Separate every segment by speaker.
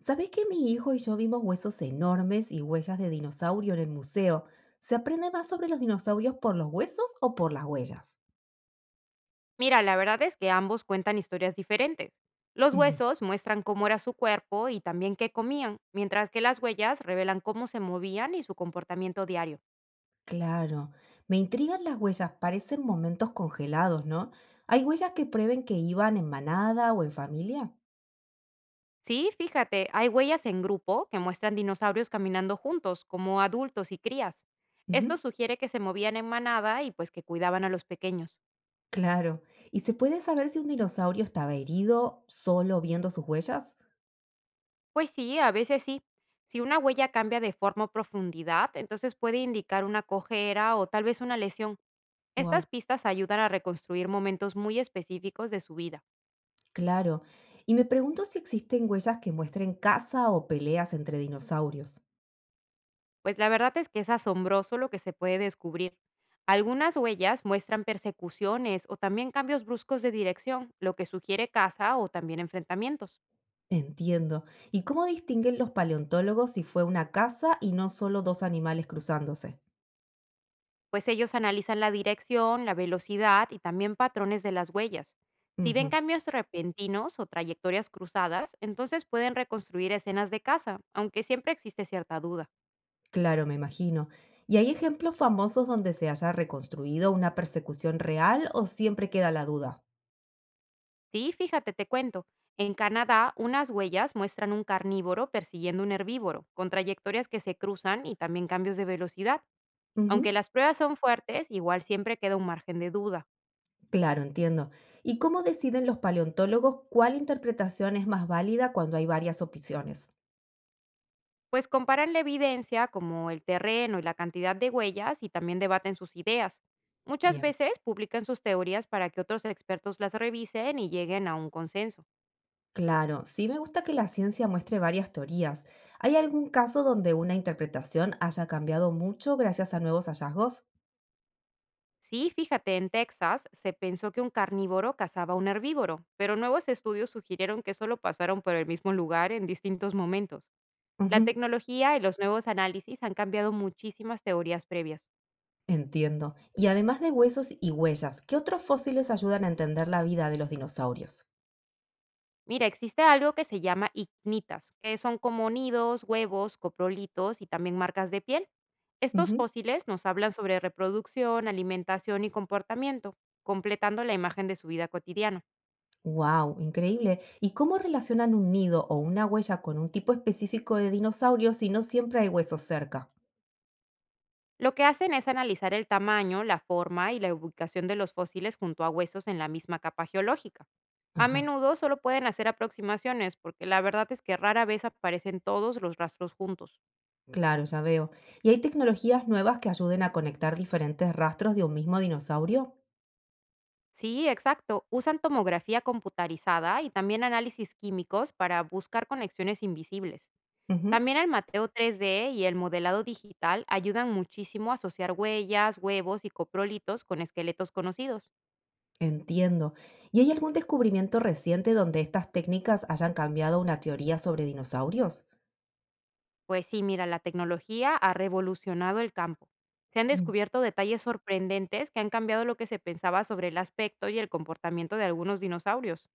Speaker 1: ¿Sabés que mi hijo y yo vimos huesos enormes y huellas de dinosaurio en el museo? ¿Se aprende más sobre los dinosaurios por los huesos o por las huellas?
Speaker 2: Mira, la verdad es que ambos cuentan historias diferentes. Los
Speaker 1: Ujú.
Speaker 2: huesos muestran cómo era su cuerpo y también qué comían, mientras que las huellas revelan cómo se movían y su comportamiento diario.
Speaker 1: Claro, me intrigan las huellas, parecen momentos congelados, ¿no? ¿Hay huellas que prueben que iban en manada o en familia?
Speaker 2: Sí, fíjate, hay huellas en grupo que muestran dinosaurios caminando juntos, como adultos y crías. Esto
Speaker 1: Ujú.
Speaker 2: sugiere que se movían en manada y pues que cuidaban a los pequeños.
Speaker 1: Claro. ¿Y se puede saber si un dinosaurio estaba herido solo viendo sus huellas?
Speaker 2: Pues sí, a veces sí. Si una huella cambia de forma o profundidad, entonces puede indicar una cojera o tal vez una lesión. Estas
Speaker 1: Wow,
Speaker 2: pistas ayudan a reconstruir momentos muy específicos de su vida,
Speaker 1: claro. Y me pregunto si existen huellas que muestren caza o peleas entre dinosaurios.
Speaker 2: pues la verdad es que es asombroso lo que se puede descubrir. Algunas huellas muestran persecuciones o también cambios bruscos de dirección, lo que sugiere caza o también enfrentamientos,
Speaker 1: Entiendo. ¿Y cómo distinguen los paleontólogos si fue una caza y no solo dos animales cruzándose?
Speaker 2: pues ellos analizan la dirección, la velocidad y también patrones de las huellas. Si ven
Speaker 1: Ujú.
Speaker 2: cambios repentinos o trayectorias cruzadas, entonces pueden reconstruir escenas de caza, aunque siempre existe cierta duda.
Speaker 1: Claro, me imagino. ¿Y hay ejemplos famosos donde se haya reconstruido una persecución real o siempre queda la duda?
Speaker 2: Sí, fíjate, te cuento. En Canadá, unas huellas muestran un carnívoro persiguiendo un herbívoro, con trayectorias que se cruzan y también cambios de velocidad. Aunque
Speaker 1: Ujú.
Speaker 2: las pruebas son fuertes, igual siempre queda un margen de duda.
Speaker 1: Claro, entiendo. ¿Y cómo deciden los paleontólogos cuál interpretación es más válida cuando hay varias opciones?
Speaker 2: Pues comparan la evidencia, como el terreno y la cantidad de huellas, y también debaten sus ideas. Muchas
Speaker 1: Bien.
Speaker 2: veces publican sus teorías para que otros expertos las revisen y lleguen a un consenso.
Speaker 1: Claro, sí me gusta que la ciencia muestre varias teorías. ¿Hay algún caso donde una interpretación haya cambiado mucho gracias a nuevos hallazgos?
Speaker 2: Sí, fíjate, en Texas se pensó que un carnívoro cazaba a un herbívoro, pero nuevos estudios sugirieron que solo pasaron por el mismo lugar en distintos momentos. La
Speaker 1: Ujú,
Speaker 2: tecnología y los nuevos análisis han cambiado muchísimas teorías previas.
Speaker 1: entiendo. Y además de huesos y huellas, ¿qué otros fósiles ayudan a entender la vida de los dinosaurios?
Speaker 2: Mira, existe algo que se llama ignitas, que son como nidos, huevos, coprolitos y también marcas de piel. Estos fósiles nos hablan sobre reproducción, alimentación y comportamiento, completando la imagen de su vida cotidiana.
Speaker 1: ¡Wow! Increíble. ¿Y cómo relacionan un nido o una huella con un tipo específico de dinosaurio si no siempre hay huesos cerca?
Speaker 2: Lo que hacen es analizar el tamaño, la forma y la ubicación de los fósiles junto a huesos en la misma capa geológica. A
Speaker 1: Ajá,
Speaker 2: menudo solo pueden hacer aproximaciones porque la verdad es que rara vez aparecen todos los rastros juntos.
Speaker 1: claro, ya veo. ¿Y hay tecnologías nuevas que ayuden a conectar diferentes rastros de un mismo dinosaurio?
Speaker 2: Sí, exacto. Usan tomografía computarizada y también análisis químicos para buscar conexiones invisibles.
Speaker 1: Ujú.
Speaker 2: También el mateo 3D y el modelado digital ayudan muchísimo a asociar huellas, huevos y coprolitos con esqueletos conocidos.
Speaker 1: Entiendo. ¿Y hay algún descubrimiento reciente donde estas técnicas hayan cambiado una teoría sobre dinosaurios?
Speaker 2: Pues sí, mira, la tecnología ha revolucionado el campo. Se han descubierto detalles sorprendentes que han cambiado lo que se pensaba sobre el aspecto y el comportamiento de algunos dinosaurios.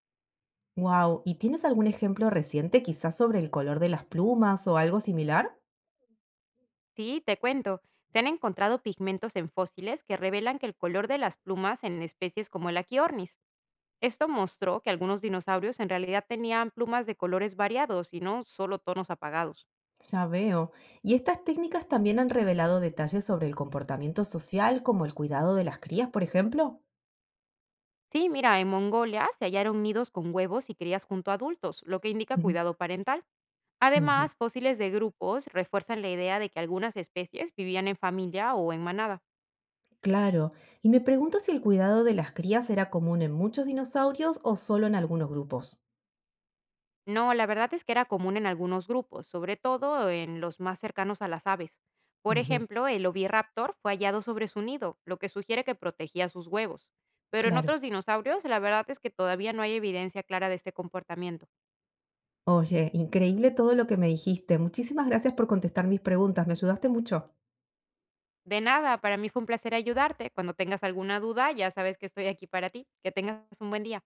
Speaker 1: Wow, ¿y tienes algún ejemplo reciente, quizás sobre el color de las plumas o algo similar?
Speaker 2: Sí, te cuento, se han encontrado pigmentos en fósiles que revelan que el color de las plumas en especies como el Achiornis. Esto mostró que algunos dinosaurios en realidad tenían plumas de colores variados y no solo tonos apagados.
Speaker 1: Ya veo. ¿Y estas técnicas también han revelado detalles sobre el comportamiento social, como el cuidado de las crías, por ejemplo?
Speaker 2: Sí, mira, en Mongolia se hallaron nidos con huevos y crías junto a adultos, lo que indica
Speaker 1: Ujú,
Speaker 2: cuidado parental.
Speaker 1: ujú.
Speaker 2: Además, fósiles de grupos refuerzan la idea de que algunas especies vivían en familia o en manada.
Speaker 1: Claro. Y me pregunto si el cuidado de las crías era común en muchos dinosaurios o solo en algunos grupos.
Speaker 2: No, la verdad es que era común en algunos grupos, sobre todo en los más cercanos a las aves. Por
Speaker 1: Ujú.
Speaker 2: ejemplo, el oviraptor fue hallado sobre su nido, lo que sugiere que protegía sus huevos. Pero en
Speaker 1: Claro.
Speaker 2: otros dinosaurios, la verdad es que todavía no hay evidencia clara de este comportamiento.
Speaker 1: Oye, increíble todo lo que me dijiste. Muchísimas gracias por contestar mis preguntas. Me ayudaste mucho.
Speaker 2: De nada, para mí fue un placer ayudarte. Cuando tengas alguna duda, ya sabes que estoy aquí para ti. Que tengas un buen día.